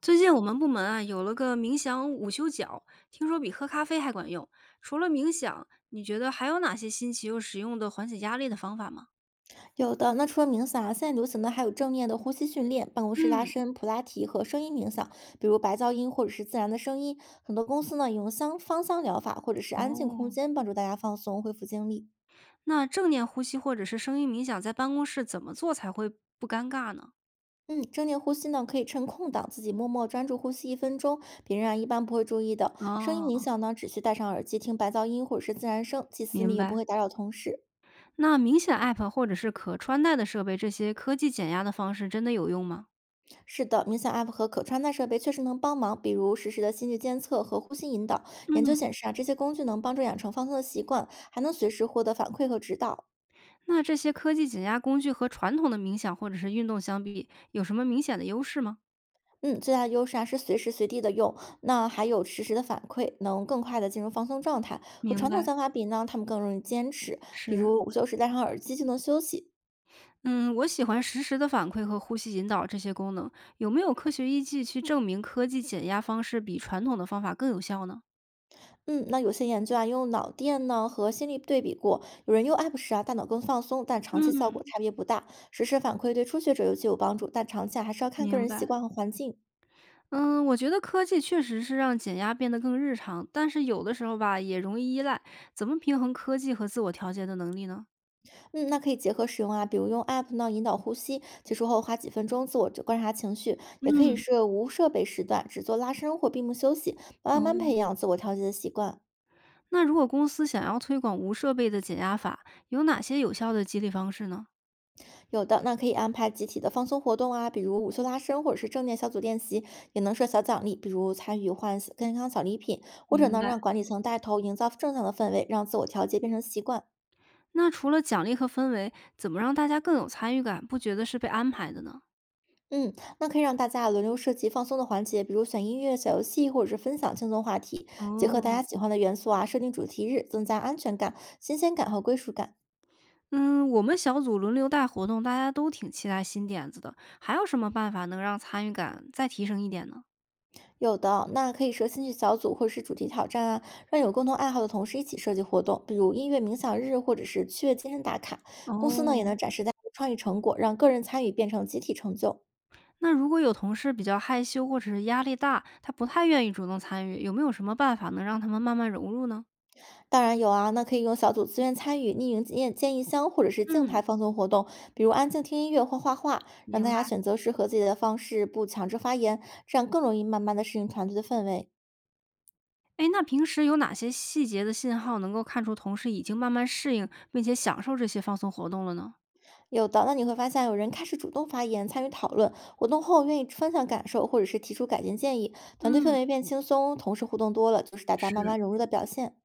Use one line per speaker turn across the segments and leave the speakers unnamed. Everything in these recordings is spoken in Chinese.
最近我们部门啊有了个冥想午休角，听说比喝咖啡还管用。除了冥想，你觉得还有哪些新奇又实用的缓解压力的方法吗？
有的，那除了冥想啊，现在流行的还有正念的呼吸训练、办公室拉
嗯，
伸、普拉提和声音冥想，比如白噪音或者是自然的声音。很多公司呢也用香芳香疗法或者是安静空
哦，
间帮助大家放松、恢复精力。
那正念呼吸或者是声音冥想在办公室怎么做才会不尴尬呢？
嗯，正念呼吸呢可以趁空档自己默默专注呼吸一分钟，别人啊一般不会注意的。声音冥
哦，
想呢只需戴上耳机听白噪音或者是自然声，既私密
明
又不
白。
会打扰同事。
那冥想 App 或者是可穿戴的设备，这些科技减压的方式真的有用吗？
是的，冥想 App 和可穿戴设备确实能帮忙，比如实时的心率监测和呼吸引导。研究
嗯，
显示啊，这些工具能帮助养成放松的习惯，还能随时获得反馈和指导。
那这些科技减压工具和传统的冥想或者是运动相比，有什么明显的优势吗？
嗯，最大的优势啊是随时随地的用，那还有实时的反馈，能更快的进入放松状态。和
明
传统
白。
想法比呢，他们更容易坚持，比
是，
如午休时戴上耳机就能休息，
嗯，我喜欢实时的反馈和呼吸引导这些功能。有没有科学依据去证明科技减压方式比传统的方法更有效呢？
嗯，那有些研究啊，用脑电呢和心率对比过，有人用 App 时啊，大脑更放松，但长期效
嗯，
果差别不大。实时反馈对初学者尤其有帮助，但长期啊还是要看个
明
人习
白。
惯和环境。
嗯，我觉得科技确实是让减压变得更日常，但是有的时候吧，也容易依赖。怎么平衡科技和自我调节的能力呢？
嗯，那可以结合使用啊，比如用 App 呢引导呼吸，结束后花几分钟自我观察情绪，也可以
嗯，
是无设备时段，只做拉伸或闭目休息，慢慢
哦，
培养自我调节的习惯。
那如果公司想要推广无设备的减压法，有哪些有效的激励方式呢？
有的，那可以安排集体的放松活动啊，比如午休拉伸或者是正念小组练习，也能设小奖励，比如参与换小健康小礼品，或者
明
呢
白。
让管理层带头，营造正向的氛围，让自我调节变成习惯。
那除了奖励和氛围，怎么让大家更有参与感，不觉得是被安排的呢？
嗯，那可以让大家轮流设计放松的环节，比如选音乐、小游戏，或者是分享轻松话题，结合大家
哦，
喜欢的元素啊，设定主题日，增加安全感、新鲜感和归属感。
嗯，我们小组轮流带活动，大家都挺期待新点子的。还有什么办法能让参与感再提升一点呢？
有的，那可以设兴趣小组或是主题挑战啊，让有共同爱好的同事一起设计活动，比如音乐冥想日或者是趣味健身打卡。公司呢也
哦，
能展示大家的创意成果，让个人参与变成集体成就。
那如果有同事比较害羞或者是压力大，他不太愿意主动参与，有没有什么办法能让他们慢慢融入呢？
当然有啊，那可以用小组自愿参与匿名建议箱或者是静
嗯，
态放松活动，比如安静听音乐或画画，让大
明
家
白。
选择适合自己的方式，不强制发言，这样更容易慢慢的适应团队的氛围。
哎，那平时有哪些细节的信号能够看出同事已经慢慢适应并且享受这些放松活动了呢？
有的，那你会发现有人开始主动发言、参与讨论，活动后愿意分享感受，或者是提出改进建议，团队氛
嗯，
围变轻松，同事互动多了，就是大家慢
是。
慢融入的表现。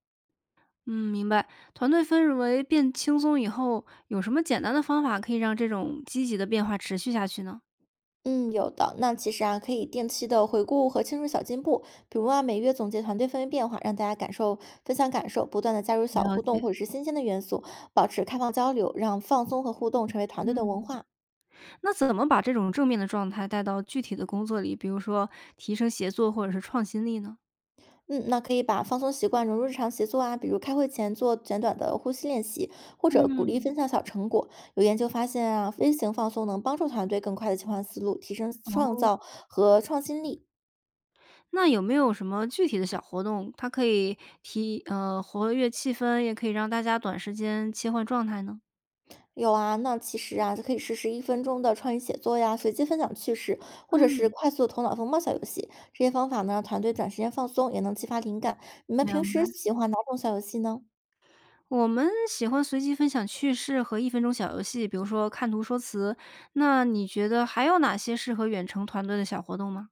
嗯，明白。团队氛围变轻松以后，有什么简单的方法可以让这种积极的变化持续下去呢？
嗯，有的。那其实啊，可以定期的回顾和庆祝小进步，比如啊，每月总结团队氛围变化，让大家感受分享感受，不断的加入小
了
互动
解。
或者是新鲜的元素，保持开放交流，让放松和互动成为团队的文
嗯，
化。
那怎么把这种正面的状态带到具体的工作里，比如说提升协作或者是创新力呢？
嗯，那可以把放松习惯融入日常协作啊，比如开会前做简短的呼吸练习，或者鼓励分
嗯，
享小成果。有研究发现啊，微型放松能帮助团队更快的切换思路，提升创
哦，
造和创新力。
那有没有什么具体的小活动，它可以活跃气氛，也可以让大家短时间切换状态呢？
有啊，那其实啊，就可以试试一分钟的创意写作呀，随机分享趣事，或者是
嗯，
快速头脑风暴小游戏。这些方法呢，让团队短时间放松，也能激发灵感。你们
明
平
白。
时喜欢哪种小游戏呢？
我们喜欢随机分享趣事和1分钟小游戏，比如说看图说词。那你觉得还有哪些适合远程团队的小活动吗？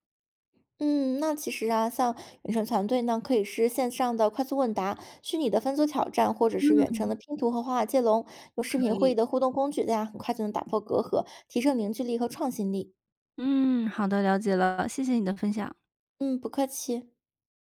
嗯，那其实啊，像远程团队呢，可以是线上的快速问答、虚拟的分组挑战，或者是远
嗯，
程的拼图和画画接龙，有视
可
频会议
以，
的互动工具，大家很快就能打破隔阂，提升凝聚力和创新力。
嗯，好的，了解了，谢谢你的分享。
嗯，不客气。